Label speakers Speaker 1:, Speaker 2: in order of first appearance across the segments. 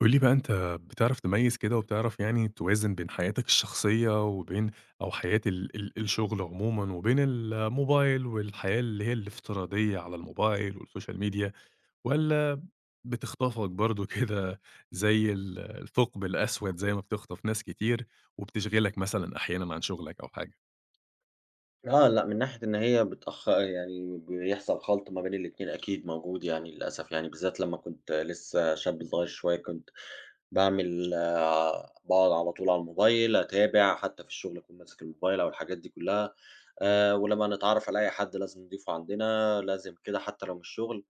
Speaker 1: قُل لي بقى، أنت بتعرف تميّز كده وبتعرف يعني توازن بين حياتك الشخصية وبين أو حياة ال الشغل عمومًا، وبين الموبايل والحياة اللي هي الافتراضية على الموبايل والسوشيال ميديا، والّا بتخطفك برضه كده زي الثقب الأسود، زي ما بتخطف ناس كتير وبتشغلك مثلًا أحيانًا عن شغلك أو حاجة؟
Speaker 2: آه، لأ، من ناحية إن هي بتأخ يعني بيحصل خَلْط ما بين الاتنين أكيد موجود يعني للأسف يعني، بالذات لمّا كنت لسه شاب صغير شوية كنت باعمل باقعد على طول على الموبايل أتابع، حتى في الشغل أكون ماسك الموبايل أو الحاجات دي كلّها، ولمّا نتعرّف على أي حد لازم نضيفه عندنا، لازم كده حتى لو مش شغل،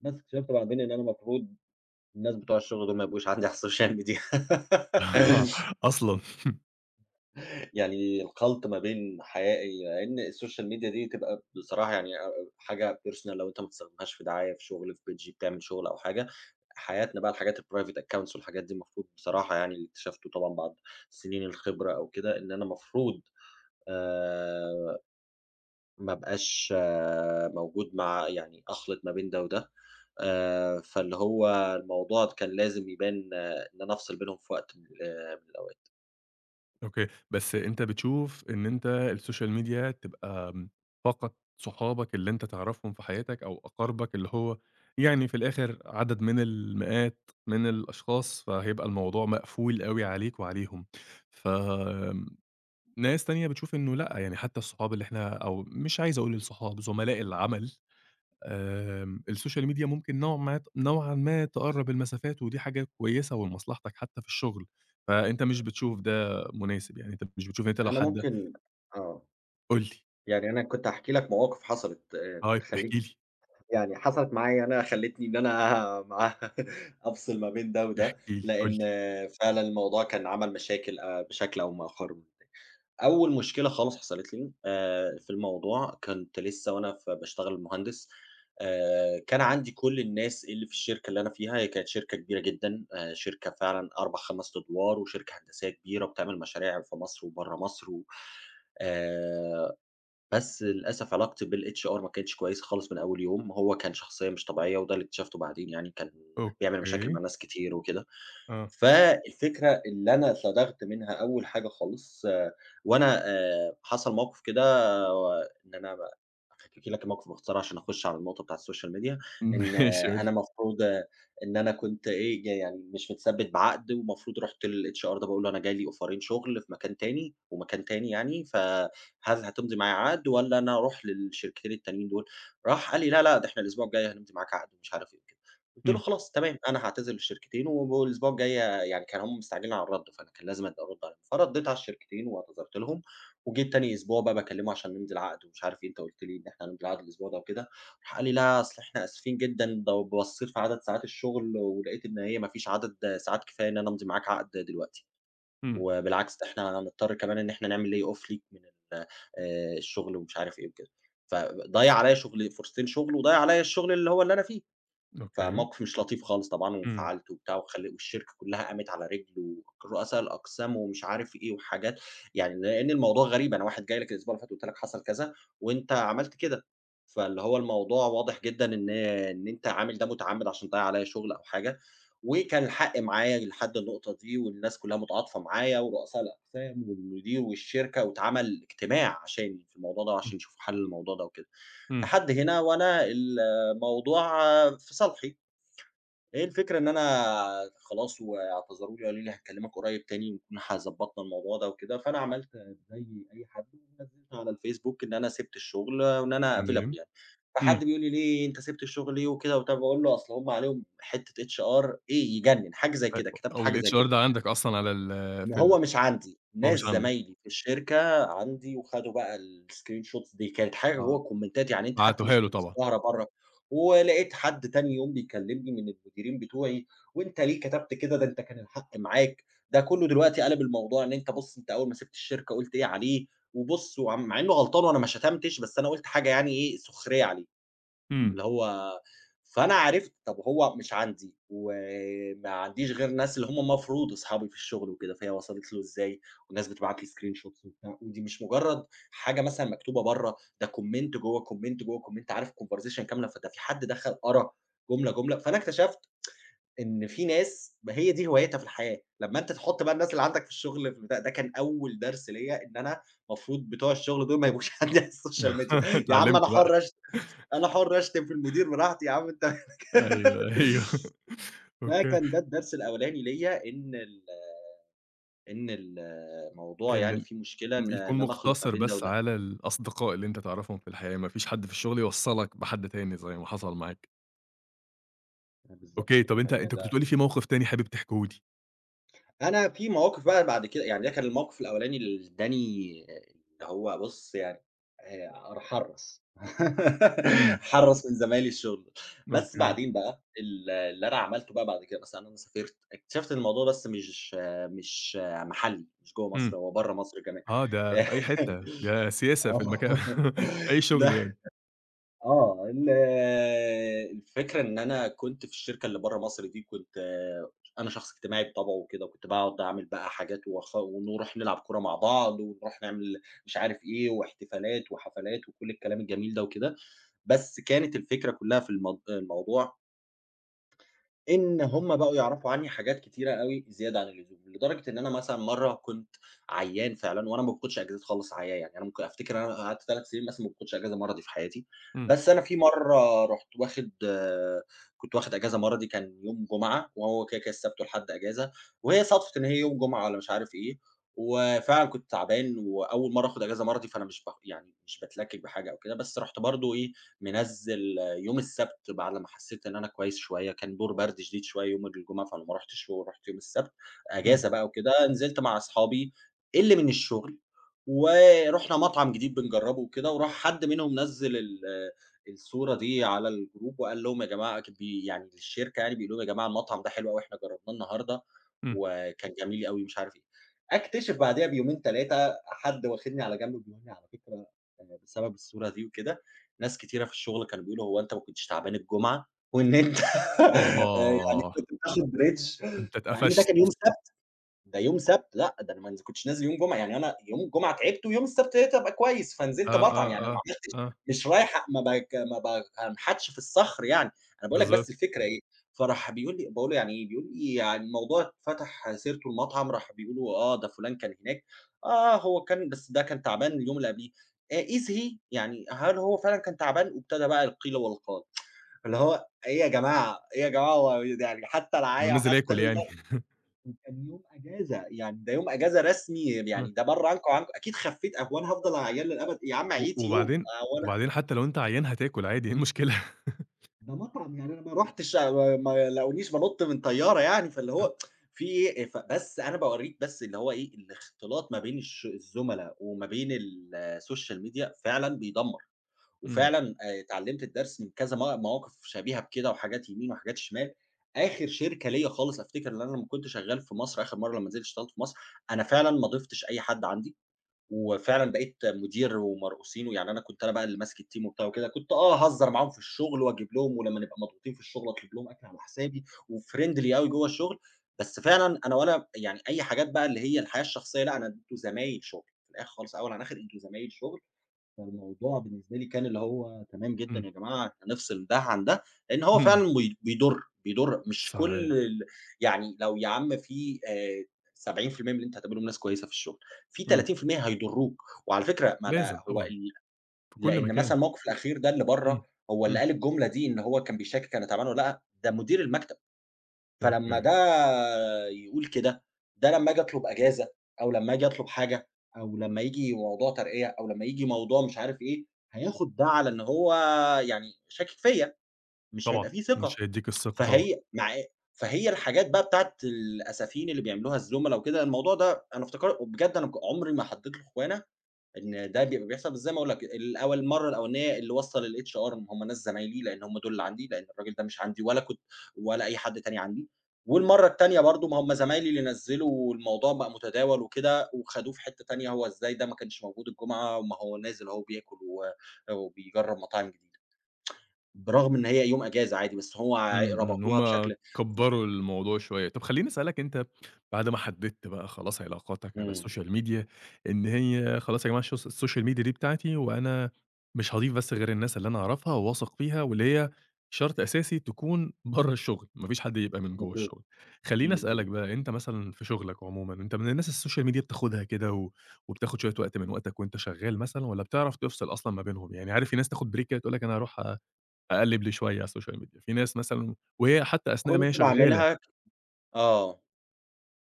Speaker 2: بس اكتشفت بعدين إن أنا المفروض الناس بتوع الشغل دول ما يبقوش عندي على السوشيال ميديا.
Speaker 1: أصلًا.
Speaker 2: يعني الخلْط ما بين حياء لإن السوشيال ميديا دي تبقى بصراحة يعني أ أ حاجة personal لو أنت ما بتستخدمهاش في دعاية في شغل في page بتعمل شغل أو حاجة، حياتنا بقى الحاجات الprivate accounts والحاجات دي المفروض بصراحة يعني اللي اكتشفته طبعًا بعد سنين الخبرة أو كده، إن أنا المفروض آآ ما أبقاش موجود مع يعني أخلِط ما بين ده وده، فاللي هو الموضوع كان لازم يبان آه إن أنا أفصِل بينهم في وقت من الأوقات.
Speaker 1: أوكي، بس أنت بتشوف إن أنت السوشيال ميديا تبقى فقط صحابك اللي أنت تعرفهم في حياتك أو أقاربك اللي هو يعني في الآخر عدد من المئات من الأشخاص، فهيبقى الموضوع مقفول أوي عليك وعليهم. ف ناس تانية بتشوف إنه لأ، يعني حتى الصحاب اللي إحنا أو مش عايز أقول الصحاب، زملاء العمل، السوشيال ميديا ممكن نوعًا ما تقرّب المسافات، ودي حاجة كويسة ولمصلحتك حتى في الشغل، فأنت مش بتشوف ده مناسب، يعني أنت مش بتشوف أنت لو
Speaker 2: أنا
Speaker 1: حد.
Speaker 2: ممكن آه.
Speaker 1: قُل لي،
Speaker 2: يعني أنا كنت هاحكي لك مواقف حصلت
Speaker 1: طيب احكِ
Speaker 2: تخلّيك
Speaker 1: لي،
Speaker 2: يعني حصلت معايا أنا خلّتني إن أنا مع أفصل ما بين ده
Speaker 1: احكِ
Speaker 2: وده،
Speaker 1: لي، قُل
Speaker 2: لإن
Speaker 1: لي.
Speaker 2: آه، فعلًا الموضوع كان عمل مشاكل بشكل أو بآخر. أول مشكلة خالص حصلت لي في الموضوع، كنت لسه وأنا باشتغل مهندس، كان عندي كل الناس اللي في الشركة اللي أنا فيها، هي كانت شركة كبيرة جدًا، شركة فعلًا 4، 5 أدوار، وشركة هندسية كبيرة بتعمل مشاريع في مصر وبرّه مصر و آآ بس للأسف علاقتي بالHR ما كانتش كويسة خالص من أول يوم، هو كان شخصية مش طبيعية وده اللي اكتشفته بعدين يعني، كان بيعمل مشاكل
Speaker 1: أوكي،
Speaker 2: مع ناس كتير وكده.
Speaker 1: آه،
Speaker 2: فالفكرة اللي أنا صدغت منها أول حاجة خالص آه، وأنا حصل موقف كده آه، إن أنا هاحكي لك موقف باختصار عشان أخش على النقطة بتاعة السوشيال ميديا، إن
Speaker 1: ماشي
Speaker 2: آه،
Speaker 1: قُل لي.
Speaker 2: أنا المفروض إن أنا كنت إيه، يعني مش متثبت بعقد ومفروض رُحت للHR ده باقول له أنا جاي لي أوفرين شغل في مكان تاني ومكان تاني يعني، فهل هتمضي معايا عقد والّا أنا أروح للشركتين التانيين دول؟ راح قال لي: "لا، لأ، ده إحنا الأسبوع الجاي هنمضي معاك عقد." ومش عارف إيه وكده. قُلت له:
Speaker 1: إمم،
Speaker 2: "خلاص تمام، أنا هاعتذر للشركتين والأسبوع الجاي". يعني كان هم مستعجلين على الرد، فأنا كان لازم أبقى أرد عليهم، فرديت على الشركتين واعتذرت لهم، وجيت تاني أسبوع بقى باكلّمه عشان نمضي العقد ومش عارف إيه، أنت قُلت لي إن إحنا هنمضي العقد الأسبوع ده وكده، راح قال لي: "لأ، أصل إحنا آسفين جدًا، ده بصّيت في عدد ساعات الشغل ولقيت إن هي ما فيش عدد ساعات كفاية إن أنا أمضي معاك عقد دلوقتي،
Speaker 1: إمم،
Speaker 2: وبالعكس ده إحنا هنضطر كمان إن إحنا نعمل lay off ليك من ال الشغل." ومش عارف إيه وكده. فضيّع عليّا شغل فرصتين شغل، وضيّع عليّا الشغل اللي هو اللي أنا فيه.
Speaker 1: أوكي،
Speaker 2: فموقف مش لطيف خالص طبعًا
Speaker 1: إمم،
Speaker 2: وانفعلت وبتاع وخل، والشركة كلّها قامت على رجل، ورؤساء الأقسام ومش عارف إيه وحاجات، يعني لإن الموضوع غريب، أنا واحد جاي لك الأسبوع اللي فات قُلت لك حصل كذا وأنت عملت كده، فاللي هو الموضوع واضح جدًا إن أنت عامل ده مُتعمِّد عشان تضيّع عليّا شغل أو حاجة، وكان الحق معايا لحد النقطة دي، والناس كلّها متعاطفة معايا، ورؤساء الأقسام والمدير والشركة، واتعمل اجتماع عشاني في الموضوع ده وعشان
Speaker 1: إمم،
Speaker 2: يشوفوا حل للموضوع ده وكده.
Speaker 1: إمم،
Speaker 2: لحد هنا وأنا الموضوع في صالحي. هي الفكرة إن أنا خلاص واعتذروا لي وقالوا لي هنكلمك قريب تاني ونكون ضبّطنا الموضوع ده وكده، فأنا عملت زي أي حد ونزّلت على الفيسبوك إن أنا سِبت الشغل وإن أنا available
Speaker 1: تمام،
Speaker 2: يعني،
Speaker 1: إمم،
Speaker 2: فحد بيقول لي: "ليه أنت سِبت الشغل ليه وكده وبتاع؟" باقول له: "أصل هُم عليهم حتة HR إيه يجنن"، حاجة زي
Speaker 1: أ
Speaker 2: كده، كتبت
Speaker 1: أو
Speaker 2: حاجة زي كده.
Speaker 1: الHR ده عندك أصلًا على ال
Speaker 2: ما
Speaker 1: في
Speaker 2: هو
Speaker 1: ال
Speaker 2: مش عندي،
Speaker 1: هو
Speaker 2: ناس
Speaker 1: مش عندك،
Speaker 2: زمايلي في الشركة عندي وخدوا بقى الscreen shots دي، كانت حاجة
Speaker 1: آه،
Speaker 2: جوّه الكومنتات، يعني أنت حتى
Speaker 1: بعتوها
Speaker 2: مش
Speaker 1: له
Speaker 2: مش
Speaker 1: طبعًا،
Speaker 2: ظاهرة برّه، ولقيت حد تاني يوم بيكلمني من المديرين بتوعي: "وأنت ليه كتبت كده؟ ده أنت كان الحق معاك." ده كلّه دلوقتي قلب الموضوع إن أنت بُص أنت أول ما سِبت الشركة قُلت إيه عليه، وبُص وع مع إنه غلطان وأنا ما شتمتش، بس أنا قُلت حاجة يعني إيه سخرية عليه.
Speaker 1: إمم.
Speaker 2: اللي هو فأنا عرفت طب هو مش عندي، وما عنديش غير الناس اللي هم مفروض أصحابي في الشغل وكده، فهي وصلت له إزاي، والناس بتبعت لي screen shots وبتاع، ودي مش مجرد حاجة مثلًا مكتوبة برّه، ده comment جوّه، comment جوّه، comment عارف conversation كاملة، فده في حد دخل قرا جملة، جملة، فأنا اكتشفت إن في ناس ما هي دي هوايتها في الحياة، لمّا أنت تحُط بقى الناس اللي عندك في الشغل في البتاع، ده كان أول درس ليّا إن أنا المفروض بتوع الشغل دول ما يبقوش عندي على الSocial media، يا عم أنا
Speaker 1: اتعلمت بقى.
Speaker 2: حُر أشت أنا حُر أشتم في المدير براحتي يا عم أنت.
Speaker 1: أيوه، أيوه، أوكي،
Speaker 2: فكان ده الدرس الأولاني ليّا إن الموضوع يعني
Speaker 1: إن
Speaker 2: فيه مشكلة
Speaker 1: م
Speaker 2: إن
Speaker 1: يكون
Speaker 2: إن أنا أخلط ما
Speaker 1: مقتصر
Speaker 2: بين ده
Speaker 1: بس
Speaker 2: وده.
Speaker 1: على الأصدقاء اللي أنت تعرفهم في الحياة، ما فيش حد في الشغل يوصّلك بحد تاني زي ما حصل معاك.
Speaker 2: بالضبط
Speaker 1: أوكي،
Speaker 2: كده،
Speaker 1: طَب أنت
Speaker 2: فهي
Speaker 1: أنت كنت
Speaker 2: ده
Speaker 1: بتقول لي في موقف تاني حابب تحكيه لي؟
Speaker 2: أنا في مواقف بقى بعد كده، يعني ده كان الموقف الأولاني اللي ادّاني اللي هو بُص يعني حرّص،
Speaker 1: إمم،
Speaker 2: حرّص من زمايلي الشغل، بس
Speaker 1: أوكي،
Speaker 2: بعدين بقى اللي أنا عملته بقى بعد كده مثلًا أنا سافرت، اكتشفت إن الموضوع بس مش محلي، مش جوّه مصر،
Speaker 1: إمم.
Speaker 2: هو برّه مصر كمان.
Speaker 1: آه، ده في أي حتّة، ده سياسة في
Speaker 2: آه.
Speaker 1: المكان في أي شغل يعني.
Speaker 2: آه، الفكرة إن أنا كنت في الشركة اللي برّه مصر دي كنت آه، أنا شخص اجتماعي بطبعه وكده، وكنت باقعد أعمل بقى حاجات وأخ، ونروح نلعب كورة مع بعض، ونروح نعمل مش عارف إيه، واحتفالات وحفلات وكل الكلام الجميل ده وكده، بس كانت الفكرة كلّها في الموضوع إن هم بقوا يعرفوا عني حاجات كتيرة أوي زيادة عن اللزوم، لدرجة إن أنا مثلًا مرّة كنت عيّان فعلًا، وأنا ما باخدش أجازات خالص عيا يعني، أنا ممكن أفتكر أنا قعدت 3 سنين مثلًا ما باخدش أجازة مرضي في حياتي،
Speaker 1: إمم،
Speaker 2: بس أنا في مرّة رُحت واخد آه، كنت واخد أجازة مرضي كان يوم جمعة، وهو كده، كده السبت والحد أجازة، وهي صادفت إن هي يوم جمعة والّا مش عارف إيه، وفعلًا كنت تعبان وأول مرّة آخد أجازة مرضي، فأنا مش ب يعني مش باتلكك بحاجة أو كده، بس رُحت برضه إيه منزّل يوم السبت بعد لمّا حسّيت إن أنا كويس شوية، كان دور برد شديد شوية يوم الجمعة، فأنا ما رُحتش ورُحت يوم السبت،
Speaker 1: إمم،
Speaker 2: أجازة بقى وكده، نزلت مع أصحابي اللي من الشغل، ورُحنا مطعم جديد بنجرّبه وكده، وراح حد منهم نزّل الصورة دي على الgroup وقال لهم يا جماعة ك بي يعني للشركة، يعني بيقول لهم: "يا جماعة المطعم ده حلو أوي، إحنا جرّبناه النهارده
Speaker 1: إمم.
Speaker 2: وكان جميل أوي." مش عارف إيه. أكتشف بعديها بيومين 3، حد واخدني على جنب بيقول لي: "على فكرة بسبب الصورة دي وكده، ناس كتيرة في الشغل كانوا بيقولوا: هو أنت ما كنتش تعبان الجمعة؟ وإن أنت يعني
Speaker 1: أوبّا!
Speaker 2: كنت بتاخد ريتش
Speaker 1: أنت
Speaker 2: مع إن ده
Speaker 1: اتقفشت.
Speaker 2: كان يوم، ده يوم سبت، لأ، ده أنا ما نز كنتش نازل يوم جمعة، يعني أنا يوم الجمعة تعبت ويوم السبت ابتديت أبقى كويس، فنزلت
Speaker 1: آه،
Speaker 2: مطعم،
Speaker 1: آه،
Speaker 2: يعني أنا ما
Speaker 1: آه،
Speaker 2: عملتش
Speaker 1: آه،
Speaker 2: مش رايح أ ما باك ما بانحتش في الصخر يعني، أنا باقول لك بس
Speaker 1: بالضبط.
Speaker 2: الفكرة إيه، فراح بيقول لي، باقول له: يعني إيه؟ بيقول لي: يعني الموضوع فتح سيرته المطعم. راح بيقولوا: آه، ده فلان كان هناك. آه، هو كان بس ده كان تعبان اليوم اللي قبليه. Is he؟ يعني هل هو فعلًا كان تعبان؟ وابتدى بقى القيل والقال، اللي هو إيه يا جماعة، إيه يا جماعة، هو يعني حتى
Speaker 1: أنا
Speaker 2: العاية
Speaker 1: نازل
Speaker 2: وحتى
Speaker 1: آكل يعني.
Speaker 2: وكان يوم أجازة، يعني ده يوم أجازة رسمي
Speaker 1: آه.
Speaker 2: يعني ده برّه عنكم وعنكم، أكيد خفّيت أهو أنا هافضل عيان للأبد يا عم
Speaker 1: و
Speaker 2: عييت يوم.
Speaker 1: وبعدين،
Speaker 2: هو أنا
Speaker 1: وبعدين حتّى لو أنت عيّان هتاكل عادي، إيه المشكلة؟
Speaker 2: ده مطعم يعني أنا ما رُحتش آه، ما لاقونيش بانُط من طيارة يعني، فاللي
Speaker 1: آه،
Speaker 2: هو في إيه، ف بس أنا باورّيك بس اللي هو إيه، الاختلاط ما بين الزملا وما بين السوشيال ميديا فعلًا بيدمّر.
Speaker 1: إمم،
Speaker 2: وفعلًا اتعلّمت الدرس من كذا مواقف شبيهة بكده وحاجات يمين وحاجات شمال. آخر شركة ليّا خالص أفتكر إن أنا لمّا كنت شغّال في مصر آخر مرّة لمّا نزلت اشتغلت في مصر، أنا فعلًا ما ضِفتش أي حد عندي، وفعلًا بقيت مدير ومرؤوسين، ويعني أنا كنت أنا بقى اللي ماسك الteam وبتاع وكده، كنت آه أهزّر معاهم في الشغل وأجيب لهم ولمّا نبقى مضغوطين في الشغل أطلب لهم أكل على حسابي، وfriendly أوي جوّه الشغل، بس فعلًا أنا ولا يعني أي حاجات بقى اللي هي الحياة الشخصية لأ، أنا أنتم زمايل شغل، في الآخر خالص أول عن آخر أنتم زمايل شغل، فالموضوع بالنسبة لي كان اللي هو تمام جدًا،
Speaker 1: إمم،
Speaker 2: يا جماعة إحنا نفصل ده عن ده، لإن هو
Speaker 1: إمم،
Speaker 2: فعلًا بيضر، بيضر مش كل
Speaker 1: صحيح.
Speaker 2: ال يعني، لو يا عم في 70% من اللي أنت هتقابلهم ناس كويسة في الشغل، في
Speaker 1: إمم.
Speaker 2: 30% هيضروك، وعلى فكرة ما أنا
Speaker 1: لازم
Speaker 2: هو
Speaker 1: طبعًا،
Speaker 2: ال،
Speaker 1: في كل
Speaker 2: لإن مثلًا
Speaker 1: مكان.
Speaker 2: الموقف الأخير ده اللي برّه،
Speaker 1: إمم،
Speaker 2: هو اللي
Speaker 1: إمم،
Speaker 2: قال الجملة دي إن هو كان بيشاكك أنا تعبان والّا لأ، ده مدير المكتب. فلمّا
Speaker 1: أوكي،
Speaker 2: ده يقول كده، ده لمّا آجي أطلب أجازة، أو لمّا آجي أطلب حاجة، أو لمّا ييجي موضوع ترقية، أو لمّا ييجي موضوع مش عارف إيه، هياخد ده على إن هو يعني شاكك فيّا، مش
Speaker 1: طبعًا،
Speaker 2: هيبقى في ثقة.
Speaker 1: مش هيدّيك الثقة طبعًا.
Speaker 2: فهي مع إ فهي الحاجات بقى بتاعة الأسافين اللي بيعملوها الزُملا وكده، الموضوع ده أنا افتكر بجد أنا عمري ما حطيت له خوانة، إن ده بيبقى بيحصل، بس زي ما أقول لك الأول المرّة الأولانية اللي وصّل الHR هم ناس زمايلي، لإن هم دول اللي عندي، لإن الراجل ده مش عندي، ولا كنت ولا أي حد تاني عندي، والمرّة التانية برضه ما هم زمايلي اللي نزّلوا والموضوع بقى متداول وكده، وخدوه في حتّة تانية، هو إزاي ده ما كانش موجود الجمعة، وما هو نازل أهو بياكل و وبيجرّب مطاعم جديدة، برغم إن هي يوم إجازة عادي، بس هو ع
Speaker 1: إمم،
Speaker 2: ربطوها
Speaker 1: إمم، هُم
Speaker 2: بشكل
Speaker 1: كبّروا الموضوع شوية. طب خلّيني أسألك أنت، بعد ما حددت بقى خلاص علاقاتك على
Speaker 2: إمم،
Speaker 1: السوشيال ميديا، إن هي خلاص يا جماعة السوشيال ميديا دي بتاعتي، وأنا مش هاضيف بس غير الناس اللي أنا أعرفها وواثق فيها، واللي هي شرط أساسي تكون برّه الشغل، ما فيش حد يبقى من جوّه
Speaker 2: مفهوم،
Speaker 1: الشغل. خلّيني
Speaker 2: مفهوم.
Speaker 1: أسألك بقى، أنت مثلًا في شغلك عمومًا، أنت من الناس السوشيال ميديا بتاخدها كده و وبتاخد شوية وقت من وقتك وأنت شغال مثلًا، والّا بتعرف تفصل أصلًا ما بينهم؟ يعني عارف في ناس تاخد بريك كده تقول لك أنا هاروح أ أقلّب لي شوية على السوشيال ميديا، في ناس مثلًا وهي حتى أثناء ما هي
Speaker 2: كنت
Speaker 1: شغّالة،
Speaker 2: باعملها ك آه.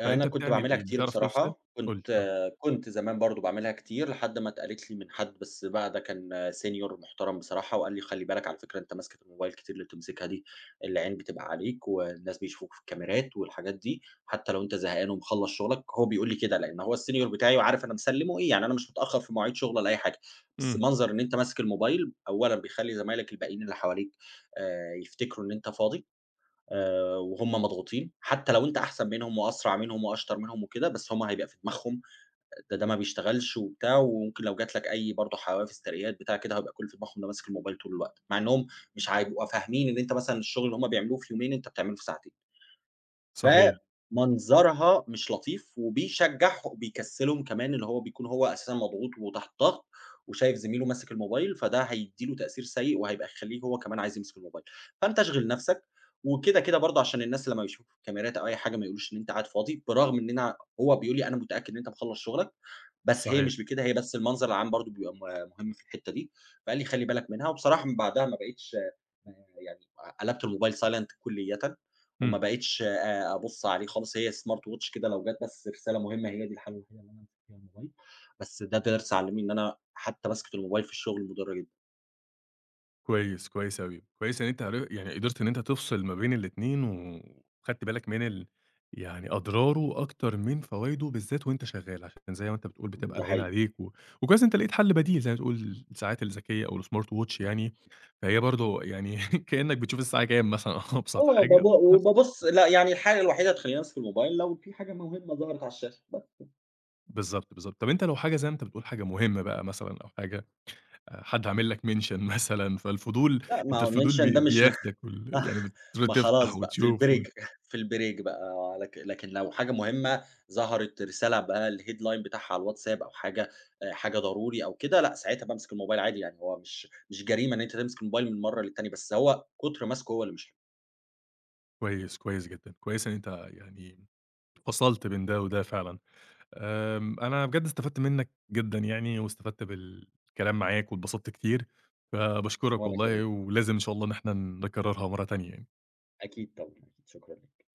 Speaker 2: أنا
Speaker 1: فأنت
Speaker 2: كنت
Speaker 1: بتعمل
Speaker 2: باعملها
Speaker 1: إيه،
Speaker 2: كتير
Speaker 1: بتعرف تفصل؟
Speaker 2: بصراحة، كنت
Speaker 1: قُل لي آه،
Speaker 2: كنت زمان برضه باعملها كتير لحد ما اتقالت لي من حد، بس بقى ده كان senior محترم بصراحة وقال لي: "خلّي بالك على فكرة أنت ماسكة الموبايل كتير اللي بتمسكها دي، العين بتبقى عليك والناس بيشوفوك في الكاميرات والحاجات دي، حتى لو أنت زهقان ومخلّص شغلك." هو بيقول لي كده لإن هو الsenior بتاعي وعارف أنا مسلّمه إيه، يعني أنا مش متأخّر في مواعيد شغل ولا أي حاجة، بس
Speaker 1: إمم،
Speaker 2: منظر إن أنت ماسك الموبايل أولًا بيخلّي زمايلك الباقيين اللي حواليك يفتكروا إن أنت فاضي، وهُم مضغوطين، حتى لو أنت أحسن منهم وأسرع منهم وأشطر منهم وكده، بس هُم هيبقى في دماغهم ده ما بيشتغلش وبتاع، وممكن لو جات لك أي برضه حوافز ترقيات بتاع كده، هيبقى كل اللي في دماغهم ده ماسك الموبايل طول الوقت، مع إنهم مش هيبقوا فاهمين إن أنت مثلًا الشغل اللي هُم بيعملوه في يومين، أنت بتعمله في ساعتين.
Speaker 1: صحيح،
Speaker 2: فمنظرها مش لطيف، وبيشجّعه بيكسّلهم كمان، اللي هو بيكون هو أساسًا مضغوط وتحت ضغط، وشايف زميله ماسك الموبايل، فده هيدّي له تأثير سيء، وهيبقى يخلّيه هو كمان عايز يمسك الموبايل. فأنت اشغِل نَفْسك، وكده، كده برضه عشان الناس لمّا يشوفوا كاميرات أو أي حاجة ما يقولوش إن أنت قاعد فاضي، برغم إننا هو بيقول لي: "أنا متأكد إن أنت مخلّص شُغلك." بس هي
Speaker 1: صحيح،
Speaker 2: مش بكده، هي بس المنظر العام برضه بيبقى مهم في الحتّة دي، فقال لي: "خلّي بالك منها." وبصراحة من بعدها ما بقيتش م يعني قلبت الموبايل silent كُلّيًا. وما
Speaker 1: إمم،
Speaker 2: بقيتش أبُص عليه خالص، هي smart watch كده، لو جات بس رسالة مهمة هي دي الحاجة الوحيدة اللي أنا بامسك فيها الموبايل، بس ده درس علّمني إن أنا حتى مَسكة الموبايل في الشغل مُضرّة جدًا،
Speaker 1: كويس، كويس أوي، كويس إن أنت عر يعني قدرت إن أنت تفصل ما بين الاتنين وخدت بالك من ال، يعني أضراره أكتر من فوايده بالذات وأنت شغّال، عشان زي ما أنت بتقول بتبقى
Speaker 2: ده
Speaker 1: العين
Speaker 2: حقيقي.
Speaker 1: عليك و وكويس إن أنت لقيت حل بديل زي ما تقول الساعات الذكية أو الsmart watch يعني، فهي برضه يعني كإنّك بتشوف الساعة كام مثلًا أبسط
Speaker 2: آه باب
Speaker 1: حاجة
Speaker 2: وبابُص لأ، يعني الحاجة الوحيدة اللي تخلّيني أمسك الموبايل لو في حاجة مهمة ظهرت على الشاشة بس،
Speaker 1: بالضبط، بالضبط. طب أنت لو حاجة زي ما أنت بتقول حاجة مهمة بقى مثلًا أو حاجة حد عامل لك mention مثلًا، فالفضول
Speaker 2: لأ
Speaker 1: أنت
Speaker 2: ما
Speaker 1: الفضول
Speaker 2: mention ده مش.
Speaker 1: بياخدك وال
Speaker 2: لأ،
Speaker 1: يعني بتر
Speaker 2: ما خلاص
Speaker 1: تفتح
Speaker 2: بقى في
Speaker 1: وتشوف وال
Speaker 2: البريك في البريك بقى لكن لو حاجة مهمة ظهرت رسالة بقى الheadline بتاعها على الواتساب أو حاجة حاجة ضروري أو كده، لأ ساعتها بامسك الموبايل عادي يعني، هو مش جريمة إن أنت تمسك الموبايل من مرة للتانية، بس هو كتر ماسكه هو اللي مش حلو.
Speaker 1: كويس، كويس جدًا. كويس إن أنت يعني فصلت بين ده وده فعلًا. أنا بجد استفدت منّك جدًا يعني، واستفدت بالكلام معاك واتبسطت كتير، فباشكرك
Speaker 2: وأنا كمان،
Speaker 1: والله، ولازم إن شاء الله إن إحنا نكررها مرة تانية يعني.
Speaker 2: أكيد طبعًا، أكيد، شكرًا ليك.